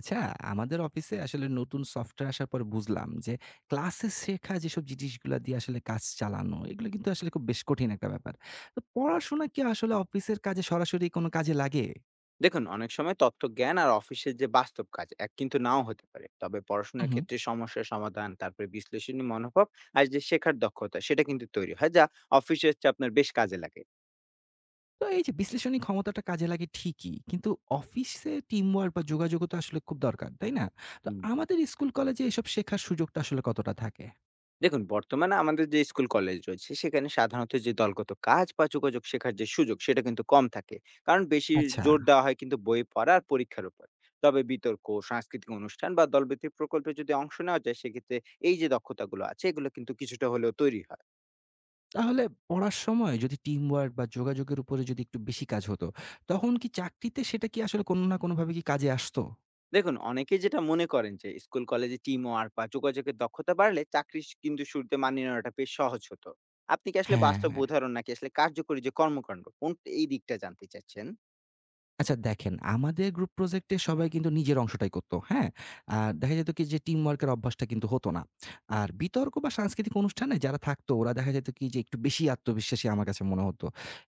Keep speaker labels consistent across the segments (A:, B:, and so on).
A: আচ্ছা, আমাদের অফিসে আসলে নতুন সফটওয়্যার আসার পর বুঝলাম যে ক্লাসে শেখা যেসব জিনিসগুলা দিয়ে আসলে কাজ চালানো এগুলো কিন্তু আসলে খুব বেশ কঠিন একটা ব্যাপার। তো পড়াশোনা কি আসলে অফিসের কাজে সরাসরি কোনো কাজে লাগে?
B: দেখুন, অনেক সময় তথ্য জ্ঞান আর অফিসের যে বাস্তব কাজ এক কিন্তু নাও হতে পারে। তবে
A: হু,
B: পড়াশোনার
A: হু।
B: ক্ষেত্রে সমস্যার সমাধান, তারপরে বিশ্লেষণী মনোভাব আর যে শেখার দক্ষতা, সেটা কিন্তু তৈরি হয়, যা অফিসের চেয়ে আপনার বেশ কাজে লাগে।
A: তো এই যে বিশ্লেষণী ক্ষমতাটা কাজে লাগে ঠিকই। কিন্তু অফিসে টিমওয়ার্ক বা যোগাযোগও তো আসলে খুব দরকার, তাই না? তো
B: হুম,
A: আমাদের স্কুল কলেজে এসব শেখার সুযোগটা আসলে কতটা থাকে?
B: দেখুন, বর্তমানে আমাদের যে স্কুল কলেজ রয়েছে, সেখানে সাধারণত যে দলগত কাজ বা যোগাযোগ শেখার যে সুযোগ, সেটা কিন্তু কম থাকে। কারণ বেশি
A: আচ্ছা।
B: জোর দেওয়া হয় কিন্তু বই পড়া আর পরীক্ষার উপর। তবে বিতর্ক, সাংস্কৃতিক অনুষ্ঠান বা দলভিত্তিক প্রকল্পে যদি অংশ নেওয়া যায়, সেক্ষেত্রে এই যে দক্ষতাগুলো আছে, এগুলো কিন্তু কিছুটা হলেও তৈরি হয়।
A: তাহলে পড়ার সময় যদি টিম ওয়ার্ক বা যোগাযোগের উপরে যদি একটু বেশি কাজ হতো, তখন কি চাকরিতে সেটা কি আসলে কোনো না কোনোভাবে কি কাজে আসতো?
B: দেখুন, অনেকে যেটা মনে করেন যে স্কুল কলেজে টিম ওয়ার্ক বা যোগাযোগের দক্ষতা বাড়লে চাকরি কিন্তু শুরুতে মানিয়ে নেওয়াটা বেশ সহজ হতো। আপনি কি আসলে
A: হ্যাঁ।
B: বাস্তব উদাহরণ নাকি আসলে কার্যকরী যে কর্মকাণ্ড কোন এই দিকটা জানতে চাচ্ছেন?
A: আচ্ছা দেখেন, আমাদের গ্রুপ প্রজেক্টে সবাই কিন্তু নিজের অংশটাই করত, হ্যাঁ? আর দেখা যেত কি যে টিমওয়ার্ক এর অভ্যাসটা কিন্তু হতো না। আর বিতর্ক বা সাংস্কৃতিক অনুষ্ঠানে যারা থাকতো ওরা দেখা যেত কি যে একটু বেশি আত্মবিশ্বাসী আমার কাছে মনে হতো।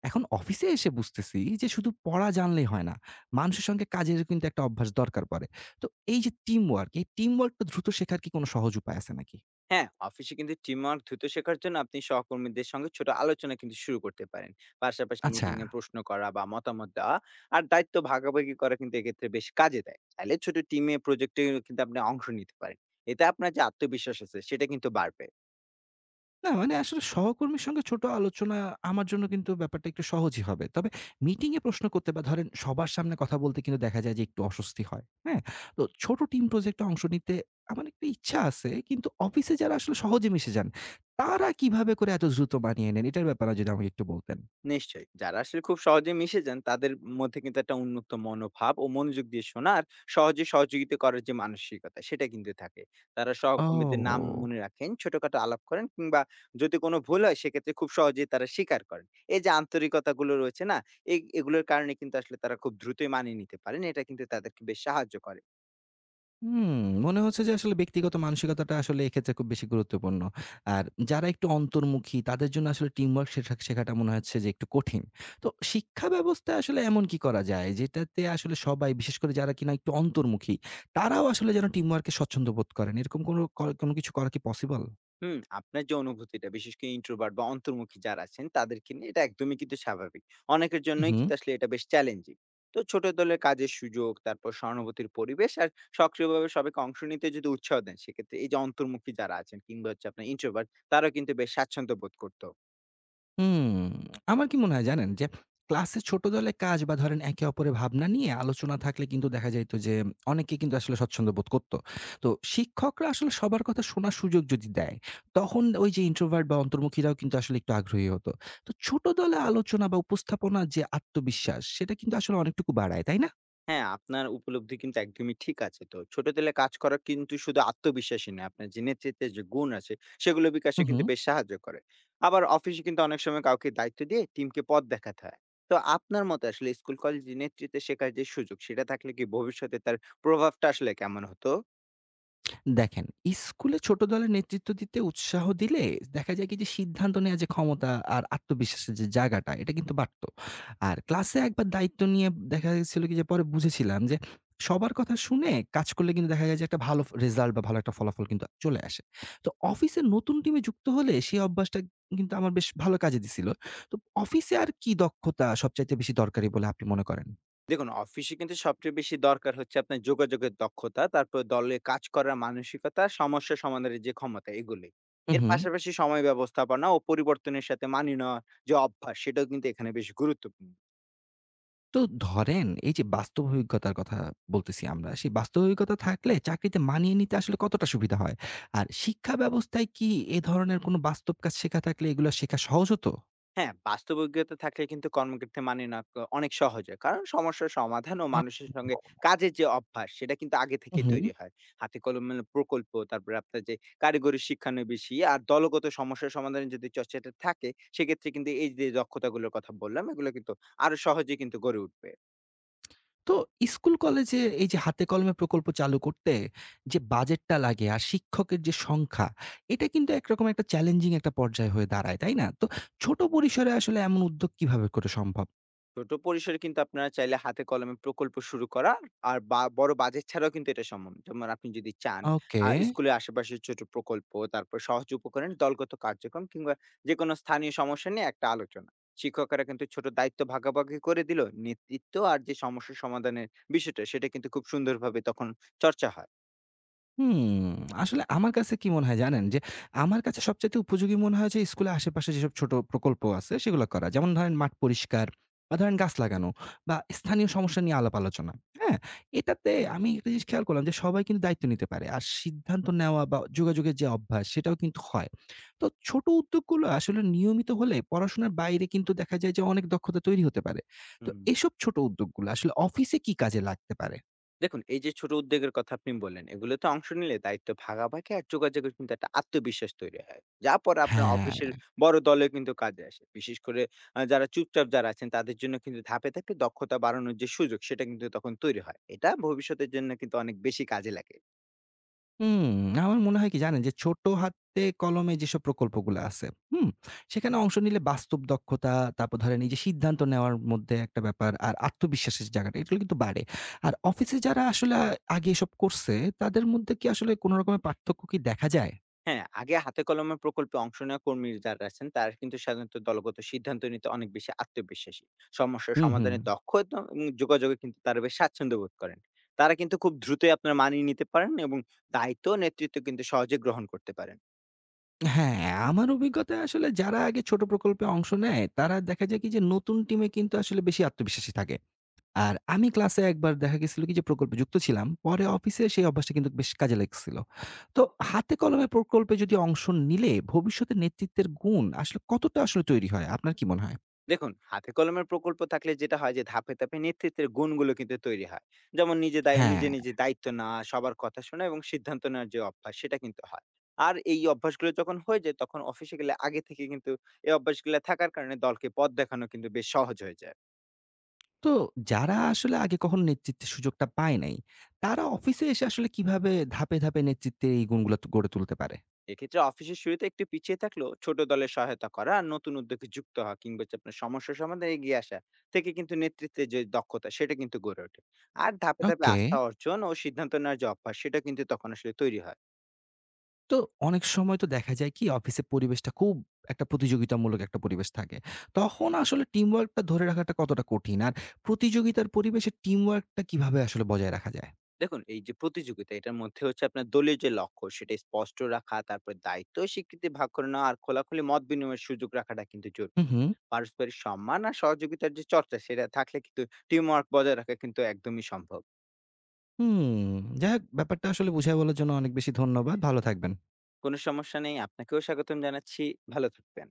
A: এখন অফিসে এসে বুঝতেছি যে শুধু পড়া জানলেই হয় না। মানুষের সঙ্গে কাজেরও কিন্তু একটা অভ্যাস দরকার পড়ে। তো এই যে টিমওয়ার্ক, এই টিমওয়ার্কটা দ্রুত শেখার কি কোনো সহজ উপায় আছে নাকি?
B: হ্যাঁ, অফিসে কিন্তু টিম ওয়ার্ক দ্রুত শেখার জন্য আপনি সহকর্মীদের সঙ্গে ছোট আলোচনা কিন্তু শুরু করতে পারেন। পাশাপাশি
A: আচ্ছা।
B: মিটিং এ প্রশ্ন করা বা মতামত দেওয়া আর দায়িত্ব ভাগাভাগি করা কিন্তু এক্ষেত্রে বেশ কাজে দেয়। চাইলে ছোট টিমে প্রজেক্টে কিন্তু আপনি অংশ নিতে পারেন। এতে আপনার যে আত্মবিশ্বাস আছে, সেটা কিন্তু বাড়বে।
A: না মানে আসলে সহকর্মীর সঙ্গে ছোট আলোচনা আমার জন্য কিন্তু ব্যাপারটা একটু সহজই হবে। তবে মিটিং এ প্রশ্ন করতে বা ধরেন সবার সামনে কথা বলতে কিন্তু দেখা যায় যে একটু অস্বস্তি হয়। হ্যাঁ? তো ছোট টিম প্রজেক্টে অংশ নিতে আমার একটা ইচ্ছা আছে। কিন্তু অফিসে যারা আসলে সহজে মিশে যান, তারা কিভাবে করে এত দ্রুত মানিয়ে নেন? এটার ব্যাপারে যদি আমাকে একটু বলতেন।
B: নিশ্চয়ই। যারা আসলে খুব সহজে মিশে যান, তাদের মধ্যে কিন্তু একটা উন্মুক্ত মনোভাব ও মনোযোগ দিয়ে শোনা আর সহজে সহযোগিতা করার যে মানসিকতা, সেটা কিন্তু থাকে। তারা সহকর্মীদের নাম
A: ও!
B: মনে রাখেন, ছোটখাটো আলাপ করেন, কিংবা যদি কোনো ভুল হয় সেক্ষেত্রে খুব সহজেই তারা স্বীকার করেন। এই যে আন্তরিকতাগুলো রয়েছে না? এ এগুলোর কারণে কিন্তু আসলে তারা খুব দ্রুতই মানিয়ে নিতে পারেন। এটা কিন্তু তাদেরকে বেশ সাহায্য করে।
A: হুম, মনে হচ্ছে যে আসলে ব্যক্তিগত মানসিকতাটা আসলে এক্ষেত্রে খুব বেশি গুরুত্বপূর্ণ। আর যারা একটু অন্তর্মুখী তাদের জন্য আসলে টিমওয়ার্ক শেখাটা মনে হচ্ছে যে একটু কঠিন। তো শিক্ষা ব্যবস্থায় আসলে এমন কি করা যায় যেটাতে আসলে সবাই বিশেষ করে যারা কিনা একটু অন্তর্মুখী তারাও আসলে যেন টিমওয়ার্কে স্বচ্ছন্দ বোধ করেন। এরকম কোনো কিছু করা কি পসিবল?
B: হুম, আপনার যে অনুভূতিটা বিশেষ করে ইন্ট্রোভার্ট বা অন্তর্মুখী যারা আছেন তাদেরকে নিয়ে, এটা একদমই কিন্তু স্বাভাবিক। অনেকের
A: হু,
B: জন্যই
A: হু।
B: কিন্তু আসলে এটা বেশ চ্যালেঞ্জিং। তো ছোট দলের কাজের সুযোগ, তারপর সহানুভূতির পরিবেশ আর সক্রিয়ভাবে সবাইকে অংশ নিতে যদি উৎসাহ দেন, সেক্ষেত্রে এই যে অন্তর্মুখী যারা আছেন কিংবা হচ্ছে আপনার ইন্ট্রোভার্ট, তারাও কিন্তু বেশ স্বাচ্ছন্দ্য বোধ করত।
A: হুম, আমার কি মনে হয় জানেন? যে ক্লাসে ছোট দলে কাজ বা ধরেন একে অপরের ভাবনা নিয়ে আলোচনা থাকলে কিন্তু দেখা যাইত যে অনেকে কিন্তু আসলে স্বচ্ছন্দ বোধ করত। তো শিক্ষকরা আসলে সবার কথা শোনার সুযোগ যদি দেয়, তখন ওই যে ইন্ট্রোভার্ট বা অন্তর্মুখীরাও কিন্তু আসলে একটু আগ্রহী হতো। তো ছোট দলে আলোচনা বা উপস্থাপনার যে আত্মবিশ্বাস সেটা কিন্তু আসলে অনেকটুকু বাড়ায়, তাই না?
B: হ্যাঁ, আপনার উপলব্ধি কিন্তু একদমই ঠিক আছে। তো ছোট দলে কাজ করা কিন্তু শুধু আত্মবিশ্বাসী নয়, আপনার যে নেতৃত্বের যে গুণ আছে, সেগুলো বিকাশে
A: হু, হু।
B: কিন্তু বেশ সাহায্য করে। আবার অফিসে কিন্তু অনেক সময় কাউকে দায়িত্ব দিয়ে টিমকে পথ দেখাতে হয়। তো আপনার মতে আসলে স্কুল, কলেজে নেতৃত্বে শেখার যে সুযোগ, সেটা থাকলে কি ভবিষ্যতে তার প্রভাবটা আসলে কেমন হতো?
A: দেখেন, স্কুলে ছোট দলের নেতৃত্ব দিতে উৎসাহ দিলে দেখা যায় কি যে সিদ্ধান্ত নেওয়ার যে ক্ষমতা আর আত্মবিশ্বাসের যে জায়গাটা এটা কিন্তু বাড়তো। আর ক্লাসে একবার দায়িত্ব নিয়ে দেখা গেছিল কি যে পরে বুঝেছিলাম যে সবার কথা শুনে কাজ করলে কিন্তু দেখা যায় যে একটা ভালো রেজাল্ট বা ভালো একটা ফলাফল কিন্তু চলে আসে। তো অফিসে নতুন টিমে যুক্ত হলে সেই অভ্যাসটা কিন্তু আমার বেশ ভালো কাজে দিছিল। তো অফিসে আর কি দক্ষতা সবচাইতে বেশি দরকারি বলে আপনি মনে করেন?
B: দেখুন, অফিসে কিন্তু সবচেয়ে বেশি দরকার হচ্ছে আপনার যোগাযোগের দক্ষতা, তারপর দলে কাজ করার মানসিকতা, সমস্যা সমাধানের যে ক্ষমতা, এগুলি। এর
A: উহু।
B: পাশাপাশি সময় ব্যবস্থাপনা ও পরিবর্তনের সাথে মানিয়ে নেওয়ার যে অভ্যাস, সেটাও কিন্তু এখানে বেশ গুরুত্বপূর্ণ।
A: তো ধরেন এই যে বাস্তব অভিজ্ঞতার কথা বলতেছি আমরা, সেই বাস্তব অভিজ্ঞতা থাকলে চাকরিতে মানিয়ে নিতে আসলে কতটা সুবিধা হয়? আর শিক্ষা ব্যবস্থায় কি এ ধরনের কোনো বাস্তব কাজ শেখা থাকলে এগুলা শেখা সহজ হতো?
B: হ্যাঁ, বাস্তব অভিজ্ঞতা থাকলে কিন্তু কর্মক্ষেত্রে মানিয়ে নেওয়া অনেক সহজ হয়। কারণ সমস্যার সমাধান ও মানুষের সঙ্গে কাজের যে অভ্যাস, সেটা কিন্তু আগে
A: হু,
B: থেকেই
A: হু।
B: তৈরি হয়। হাতে কলমে প্রকল্প, তারপরে আপনার যে কারিগরি শিক্ষানবিশি আর দলগত সমস্যা সমাধানের যদি চর্চাটা থাকে, সেক্ষেত্রে কিন্তু এই যে দক্ষতাগুলোর কথা বললাম, এগুলো কিন্তু আরো সহজে কিন্তু গড়ে উঠবে।
A: তো স্কুল কলেজে এই যে হাতে কলমে প্রকল্প চালু করতে যে বাজেটটা লাগে আর শিক্ষকের যে সংখ্যা, এটা কিন্তু একরকম একটা চ্যালেঞ্জিং একটা পর্যায় হয়ে দাঁড়ায়, তাই না? তো ছোট পরিসরে আসলে এমন উদ্যোগ কিভাবে করে সম্ভব?
B: ছোট পরিসরে কিন্তু আপনারা চাইলে হাতে কলমে প্রকল্প শুরু করা আর বড় বাজেট ছাড়াও কিন্তু এটা সম্ভব। যেমন আপনি যদি চান,
A: ওকে।
B: স্কুলের আশেপাশে ছোট প্রকল্প, তারপর সহজ উপকরণ, দলগত কার্যক্রম, কিংবা যে কোনো স্থানীয় সমস্যা নিয়ে একটা আলোচনা। শিক্ষকরা কিন্তু ছোট দায়িত্ব ভাগাভাগি করে দিল, নেতৃত্ব আর যে সমস্যা সমাধানের বিষয়টা, সেটা কিন্তু খুব সুন্দরভাবে তখন চর্চা হয়।
A: হুম, আসলে আমার কাছে কি মনে হয় জানেন? যে আমার কাছে সবচাইতে উপযোগী মনে হয় যে স্কুলের আশেপাশে যেসব ছোট প্রকল্প আছে সেগুলো করা। যেমন ধরেন মাঠ পরিষ্কার বা ধরেন গাছ লাগানো বা স্থানীয় সমস্যা নিয়ে আলাপ আলোচনা। হ্যাঁ? এটাতে আমি একটা জিনিস খেয়াল করলাম যে সবাই কিন্তু দায়িত্ব নিতে পারে। আর সিদ্ধান্ত নেওয়া বা যোগাযোগের যে অভ্যাস সেটাও কিন্তু হয়। তো ছোট উদ্যোগগুলো আসলে নিয়মিত হলে পড়াশোনার বাইরে কিন্তু দেখা যায় যে অনেক দক্ষতা তৈরি হতে পারে। তো
B: হুম,
A: এসব ছোট উদ্যোগগুলো আসলে অফিসে কি কাজে লাগতে পারে?
B: দেখুন, এই যে ছোট উদ্যোগের কথা আপনি বললেন, এগুলোতে অংশ নিলে দায়িত্ব ভাগাভাগি আর যোগাযোগের কিন্তু একটা আত্মবিশ্বাস তৈরি হয়, যা পরে আপনার
A: হ্যাঁ।
B: অফিসের বড় দলে কিন্তু কাজে আসে। বিশেষ করে যারা চুপচাপ যারা আছেন, তাদের জন্য কিন্তু ধাপে ধাপে দক্ষতা বাড়ানোর যে সুযোগ, সেটা কিন্তু তখন তৈরি হয়। এটা ভবিষ্যতের জন্য কিন্তু অনেক বেশি কাজে লাগে।
A: হুম, আমার মনে হয় কি জানেন? যে ছোট হাতে কলমে যেসব প্রকল্পগুলো আছে, হুম? সেখানে অংশ নিলে বাস্তব দক্ষতা, তারপর ধরেন এই যে সিদ্ধান্ত নেওয়ার মধ্যে একটা ব্যাপার আর আত্মবিশ্বাসের যে জায়গাটা এগুলো কিন্তু বাড়ে। আর অফিসে যারা আসলে আগে এসব করছে তাদের মধ্যে কি আসলে কোন রকমের পার্থক্য কি দেখা যায়?
B: হ্যাঁ, আগে হাতে কলমে প্রকল্পে অংশ নেওয়া কর্মী যারা আছেন, তারা কিন্তু সাধারণত দলগত সিদ্ধান্ত নিতে অনেক বেশি আত্মবিশ্বাসী, সমস্যা
A: হুম, হুম।
B: সমাধানে দক্ষ এবং যোগাযোগে কিন্তু তারা বেশ স্বাচ্ছন্দ্য বোধ করেন। তারা কিন্তু খুব দ্রুতই আপনার মানিয়ে নিতে পারেন এবং দায়িত্ব ও নেতৃত্ব কিন্তু সহজে গ্রহণ করতে পারেন।
A: হ্যাঁ, আমার অভিজ্ঞতায় আসলে যারা আগে ছোট প্রকল্পে অংশ নেয় তারা দেখা যায় কি যে নতুন টিমে কিন্তু আসলে বেশি আত্মবিশ্বাসী থাকে। আর আমি ক্লাসে একবার দেখা গেছিল কি যে প্রকল্পে যুক্ত ছিলাম। পরে অফিসে সেই অভ্যাসটা কিন্তু বেশ কাজে লাগছিল। তো হাতে কলমে প্রকল্পে যদি অংশ নিলে ভবিষ্যতে নেতৃত্বের গুণ আসলে কতটা আসলে তৈরি হয়? আপনার কি মনে হয়?
B: দেখুন, হাতে কলমের প্রকল্প থাকলে যেটা হয় যে ধাপে ধাপে নেতৃত্বের গুণগুলো কিন্তু তৈরি হয়। যেমন নিজে দায়
A: হ্যাঁ,
B: নিজে নিজে দায়িত্ব না, সবার কথা শোনা এবং সিদ্ধান্ত নেওয়ার যে অভ্যাস, সেটা কিন্তু হয়। আর এই অভ্যাসগুলো যখন হয়ে যায়, তখন অফিসে গেলে আগে থেকে কিন্তু এই অভ্যাসগুলো থাকার কারণে দলকে পথ দেখানো কিন্তু বেশ সহজ হয়ে যায়।
A: তো যারা আসলে আগে কখনো নেতৃত্বের সুযোগটা পায় নাই, তারা অফিসে এসে আসলে কিভাবে ধাপে, ধাপে নেতৃত্বের এই গুণগুলা গড়ে তুলতে পারে?
B: এক্ষেত্রে অফিসের শুরুতে একটু পিছিয়ে থাকলেও ছোট দলের সহায়তা করা আর নতুন উদ্যোগে যুক্ত হওয়া, কিংবা হচ্ছে আপনার সমস্যা সমাধানে এগিয়ে আসা থেকে কিন্তু নেতৃত্বের যে দক্ষতা, সেটা কিন্তু গড়ে ওঠে। আর ধাপে ধাপে
A: ওকে।
B: আস্থা অর্জন ও সিদ্ধান্ত নেওয়ার যে অভ্যাস, সেটা কিন্তু তখন আসলে তৈরি হয়।
A: তো অনেক সময় তো দেখা যায় কি অফিসের পরিবেশটা খুব একটা প্রতিযোগিতামূলক একটা পরিবেশ থাকে। তখন আসলে টিমওয়ার্কটা ধরে রাখাটা কতটা কঠিন? আর প্রতিযোগিতার পরিবেশে টিমওয়ার্কটা কিভাবে আসলে বজায় রাখা যায়?
B: দেখুন, এই যে প্রতিযোগিতা, এটার মধ্যে হচ্ছে আপনার দলীয় যে লক্ষ্য, সেটা স্পষ্ট রাখা, তারপর দায়িত্ব ও স্বীকৃতি ভাগ করে নেওয়া আর খোলাখুলি মত বিনিময়ের সুযোগ রাখাটা কিন্তু
A: হুম,
B: জরুরি।
A: হুম।
B: পারস্পরিক সম্মান আর সহযোগিতার যে চর্চা, সেটা থাকলে কিন্তু টিম ওয়ার্ক বজায় রাখা কিন্তু একদমই সম্ভব।
A: হুম, যাই হোক ব্যাপারটা আসলে বুঝায় বলার জন্য অনেক বেশি ধন্যবাদ। ভালো থাকবেন।
B: কোনো সমস্যা নেই, আপনাকেও স্বাগতম জানাচ্ছি। ভালো থাকবেন।